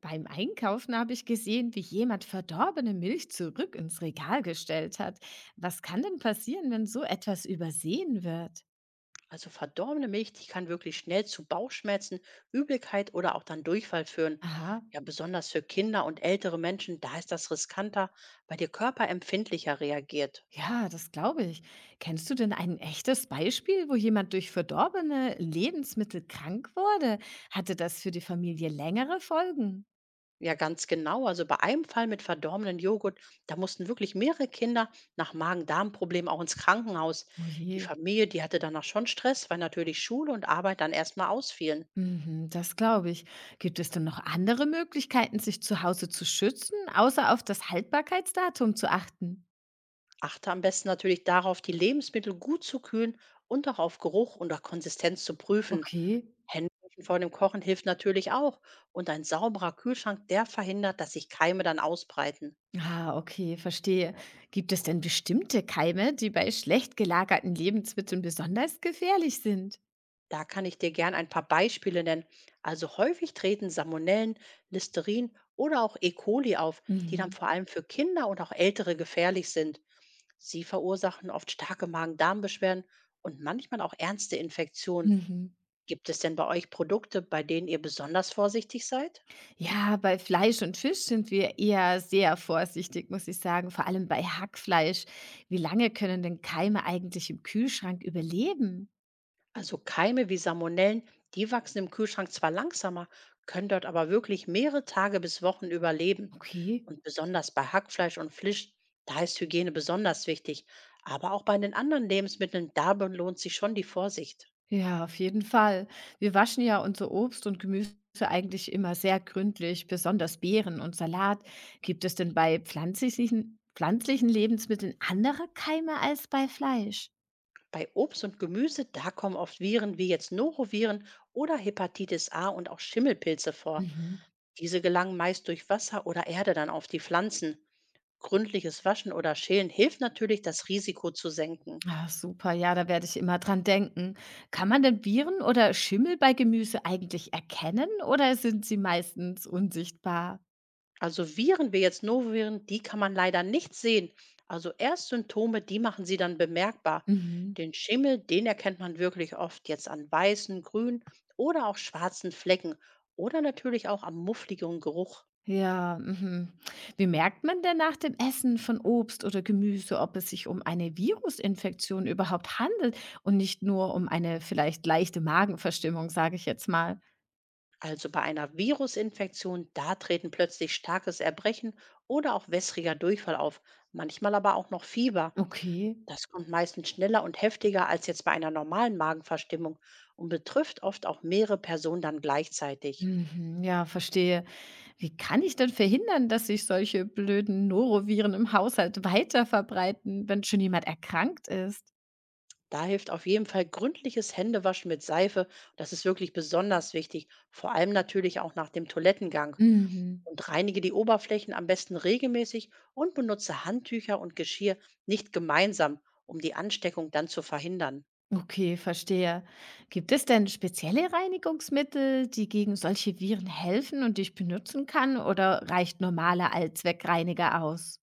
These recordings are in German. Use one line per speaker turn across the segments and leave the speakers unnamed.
Beim Einkaufen habe ich gesehen, wie jemand verdorbene Milch zurück ins Regal gestellt hat. Was kann denn passieren, wenn so etwas übersehen wird?
Also verdorbene Milch, die kann wirklich schnell zu Bauchschmerzen, Übelkeit oder auch dann Durchfall führen.
Aha,
Ja, besonders für Kinder und ältere Menschen, da ist das riskanter, weil der Körper empfindlicher reagiert.
ja, das glaube ich. Kennst du denn ein echtes Beispiel, wo jemand durch verdorbene Lebensmittel krank wurde? Hatte das für die Familie längere Folgen?
Ja, ganz genau. Also bei einem Fall mit verdorbenen Joghurt, da mussten wirklich mehrere Kinder nach Magen-Darm-Problemen auch ins Krankenhaus.
Oh
Die
je.
Familie, die hatte danach schon Stress, weil natürlich Schule und Arbeit dann erstmal ausfielen.
Mhm, das glaube ich. Gibt es denn noch andere Möglichkeiten, sich zu Hause zu schützen, außer auf das Haltbarkeitsdatum zu achten?
Achte am besten natürlich darauf, die Lebensmittel gut zu kühlen und auch auf Geruch und auch Konsistenz zu prüfen.
Okay.
Hände waschen vor dem Kochen hilft natürlich auch. Und ein sauberer Kühlschrank, der verhindert, dass sich Keime dann ausbreiten.
Ah, okay, verstehe. Gibt es denn bestimmte Keime, die bei schlecht gelagerten Lebensmitteln besonders gefährlich sind?
Da kann ich dir gern ein paar Beispiele nennen. Also häufig treten Salmonellen, Listerin oder auch E. coli auf, die dann
Mhm.
vor allem für Kinder und auch Ältere gefährlich sind. Sie verursachen oft starke Magen-Darm-Beschwerden und manchmal auch ernste Infektionen.
Mhm.
Gibt es denn bei euch Produkte, bei denen ihr besonders vorsichtig seid?
Ja, bei Fleisch und Fisch sind wir eher sehr vorsichtig, muss ich sagen, vor allem bei Hackfleisch. Wie lange können denn Keime eigentlich im Kühlschrank überleben?
Also Keime wie Salmonellen, die wachsen im Kühlschrank zwar langsamer, können dort aber wirklich mehrere Tage bis Wochen überleben.
Okay.
Und besonders bei Hackfleisch und Fisch, da ist Hygiene besonders wichtig. Aber auch bei den anderen Lebensmitteln, da lohnt sich schon die Vorsicht.
Ja, auf jeden Fall. Wir waschen ja unser Obst und Gemüse eigentlich immer sehr gründlich, besonders Beeren und Salat. Gibt es denn bei pflanzlichen Lebensmitteln andere Keime als bei Fleisch?
Bei Obst und Gemüse, da kommen oft Viren wie jetzt Noroviren oder Hepatitis A und auch Schimmelpilze vor.
Mhm.
Diese gelangen meist durch Wasser oder Erde dann auf die Pflanzen. Gründliches Waschen oder Schälen hilft natürlich, das Risiko zu senken.
Ah, super, ja, da werde ich immer dran denken. Kann man denn Viren oder Schimmel bei Gemüse eigentlich erkennen oder sind sie meistens unsichtbar?
Also Viren wie jetzt Noviren, die kann man leider nicht sehen. Also erst Symptome, die machen sie dann bemerkbar.
Mhm.
Den Schimmel, den erkennt man wirklich oft jetzt an weißen, grünen oder auch schwarzen Flecken oder natürlich auch am muffligen Geruch.
Ja, mhm. Wie merkt man denn nach dem Essen von Obst oder Gemüse, ob es sich um eine Virusinfektion überhaupt handelt und nicht nur um eine vielleicht leichte Magenverstimmung, sage ich jetzt mal?
Also bei einer Virusinfektion, da treten plötzlich starkes Erbrechen oder auch wässriger Durchfall auf, manchmal aber auch noch Fieber.
Okay.
Das kommt meistens schneller und heftiger als jetzt bei einer normalen Magenverstimmung und betrifft oft auch mehrere Personen dann gleichzeitig.
Mhm, ja, verstehe. Wie kann ich denn verhindern, dass sich solche blöden Noroviren im Haushalt weiter verbreiten, wenn schon jemand erkrankt ist?
Da hilft auf jeden Fall gründliches Händewaschen mit Seife. Das ist wirklich besonders wichtig, vor allem natürlich auch nach dem Toilettengang.
Mhm.
Und reinige die Oberflächen am besten regelmäßig und benutze Handtücher und Geschirr nicht gemeinsam, um die Ansteckung dann zu verhindern.
Okay, verstehe. Gibt es denn spezielle Reinigungsmittel, die gegen solche Viren helfen und die ich benutzen kann, oder reicht normaler Allzweckreiniger aus?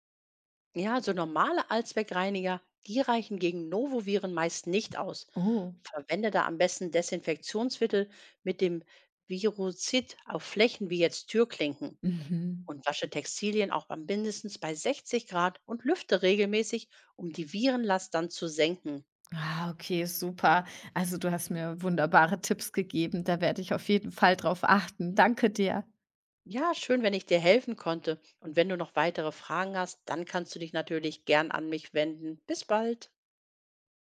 Ja, so normale Allzweckreiniger, die reichen gegen Novoviren meist nicht aus.
Oh.
Verwende da am besten Desinfektionsmittel mit dem Virucid auf Flächen wie jetzt Türklinken.
Mhm.
Und wasche Textilien auch bei mindestens bei 60 Grad und lüfte regelmäßig, um die Virenlast dann zu senken.
Ah, okay, super. Also du hast mir wunderbare Tipps gegeben. Da werde ich auf jeden Fall drauf achten. Danke dir.
Ja, schön, wenn ich dir helfen konnte. Und wenn du noch weitere Fragen hast, dann kannst du dich natürlich gern an mich wenden. Bis bald.